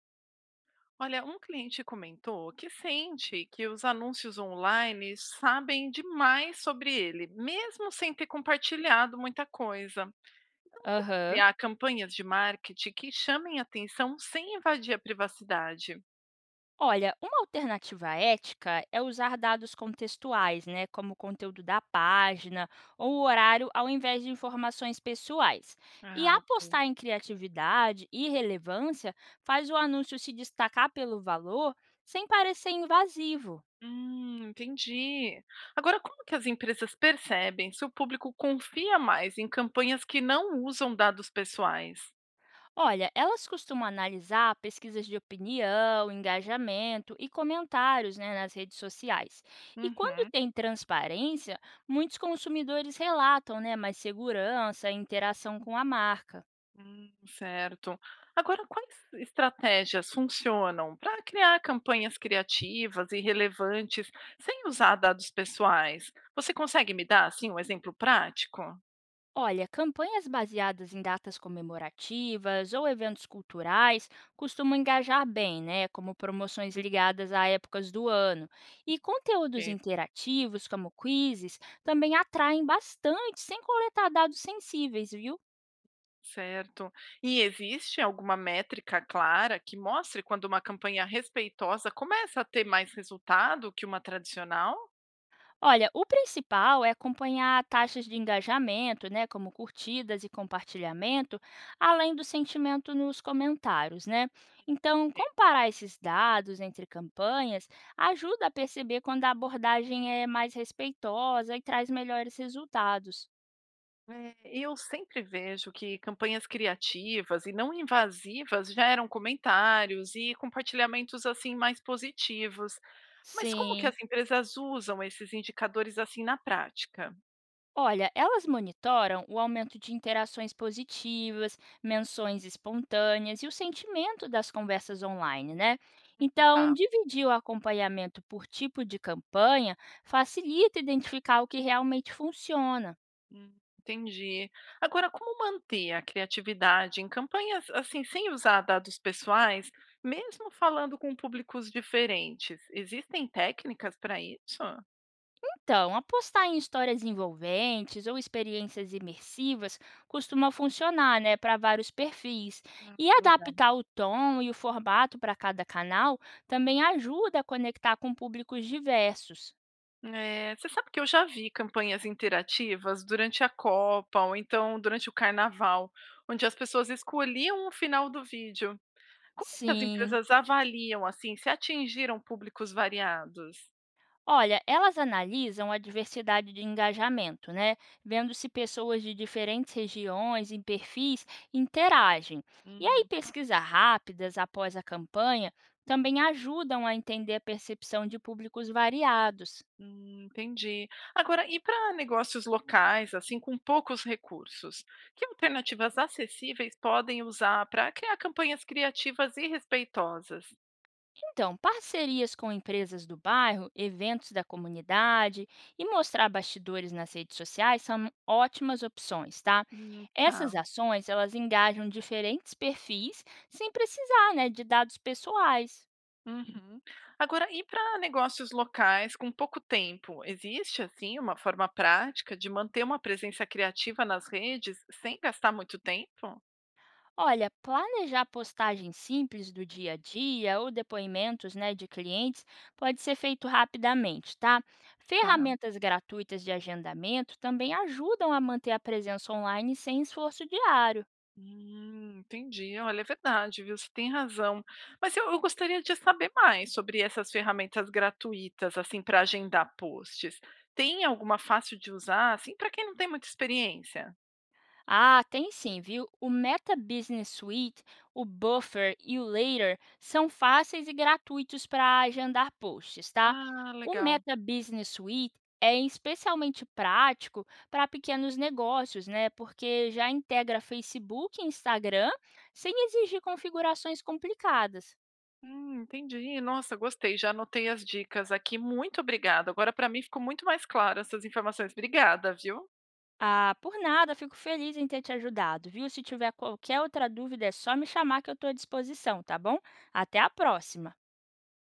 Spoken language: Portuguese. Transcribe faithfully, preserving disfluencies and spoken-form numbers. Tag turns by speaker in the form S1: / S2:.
S1: Olha, um cliente comentou que sente que os anúncios online sabem demais sobre ele, mesmo sem ter compartilhado muita coisa. Então, como
S2: Aham.
S1: criar campanhas de marketing que chamem atenção sem invadir a privacidade?
S2: Olha, uma alternativa ética é usar dados contextuais, né, como o conteúdo da página ou o horário, ao invés de informações pessoais. E
S1: Ah, ok.
S2: apostar em criatividade e relevância faz o anúncio se destacar pelo valor sem parecer invasivo.
S1: Hum, entendi. Agora, como que as empresas percebem se o público confia mais em campanhas que não usam dados pessoais?
S2: Olha, elas costumam analisar pesquisas de opinião, engajamento e comentários, né, nas redes sociais. E quando
S1: Uhum.
S2: tem transparência, muitos consumidores relatam, né, mais segurança e interação com a marca.
S1: Hum, certo. Agora, quais estratégias funcionam para criar campanhas criativas e relevantes sem usar dados pessoais? Você consegue me dar assim um exemplo prático?
S2: Olha, campanhas baseadas em datas comemorativas ou eventos culturais costumam engajar bem, né? Como promoções ligadas a épocas do ano. E conteúdos
S1: Ok,
S2: interativos, como quizzes, também atraem bastante, sem coletar dados sensíveis, viu?
S1: certo. E existe alguma métrica clara que mostre quando uma campanha respeitosa começa a ter mais resultado que uma tradicional?
S2: Olha, o principal é acompanhar taxas de engajamento, né, como curtidas e compartilhamento, além do sentimento nos comentários, né? Então, comparar esses dados entre campanhas ajuda a perceber quando a abordagem é mais respeitosa e traz melhores resultados.
S1: É, eu sempre vejo que campanhas criativas e não invasivas geram comentários e compartilhamentos assim mais positivos. Mas como que as
S2: Sim.
S1: empresas usam esses indicadores assim na prática?
S2: Olha, elas monitoram o aumento de interações positivas, menções espontâneas e o sentimento das conversas online, né? Então,
S1: Tá,
S2: dividir o acompanhamento por tipo de campanha facilita identificar o que realmente funciona.
S1: hum, entendi. Agora, como manter a criatividade em campanhas assim sem usar dados pessoais, mesmo falando com públicos diferentes? Existem técnicas para isso?
S2: Então, apostar em histórias envolventes ou experiências imersivas costuma funcionar, né, para vários perfis.
S1: Ah,
S2: E adaptar o tom e o formato para cada canal também ajuda a conectar com públicos diversos.
S1: é, você sabe que eu já vi campanhas interativas durante a Copa ou então durante o Carnaval, onde as pessoas escolhiam o final do vídeo. Como que as
S2: Sim.
S1: empresas avaliam assim se atingiram públicos variados?
S2: Olha, elas analisam a diversidade de engajamento, né? Vendo se pessoas de diferentes regiões e perfis interagem. E aí,
S1: Hum,
S2: pesquisas rápidas após a campanha também ajudam a entender a percepção de públicos variados.
S1: hum, entendi. Agora, e para negócios locais, assim, com poucos recursos, que alternativas acessíveis podem usar para criar campanhas criativas e respeitosas?
S2: Então, parcerias com empresas do bairro, eventos da comunidade e mostrar bastidores nas redes sociais são ótimas opções, tá?
S1: Hum,
S2: Essas
S1: tá.
S2: ações, elas engajam diferentes perfis sem precisar, né, de dados pessoais.
S1: Uhum. Agora, e para negócios locais com pouco tempo, existe assim uma forma prática de manter uma presença criativa nas redes sem gastar muito tempo?
S2: Olha, planejar postagens simples do dia a dia ou depoimentos, né, de clientes pode ser feito rapidamente, tá?
S1: Tá.
S2: Ferramentas gratuitas de agendamento também ajudam a manter a presença online sem esforço diário.
S1: Hum, entendi. Olha, é verdade, viu? Você tem razão. Mas eu, eu gostaria de saber mais sobre essas ferramentas gratuitas, assim, para agendar posts. Tem alguma fácil de usar, assim, para quem não tem muita experiência?
S2: Ah, tem sim, viu? O Meta Business Suite, o Buffer e o Later são fáceis e gratuitos para agendar posts, tá?
S1: Ah,
S2: O
S1: legal.
S2: Meta Business Suite é especialmente prático para pequenos negócios, né? Porque já integra Facebook e Instagram sem exigir configurações complicadas.
S1: Hum, entendi. Nossa, gostei. Já anotei as dicas aqui. Muito obrigada. Agora, para mim, ficou muito mais claro essas informações. Obrigada, viu?
S2: Ah, por nada, fico feliz em ter te ajudado, viu? Se tiver qualquer outra dúvida, é só me chamar que eu estou à disposição, tá bom? Até a próxima!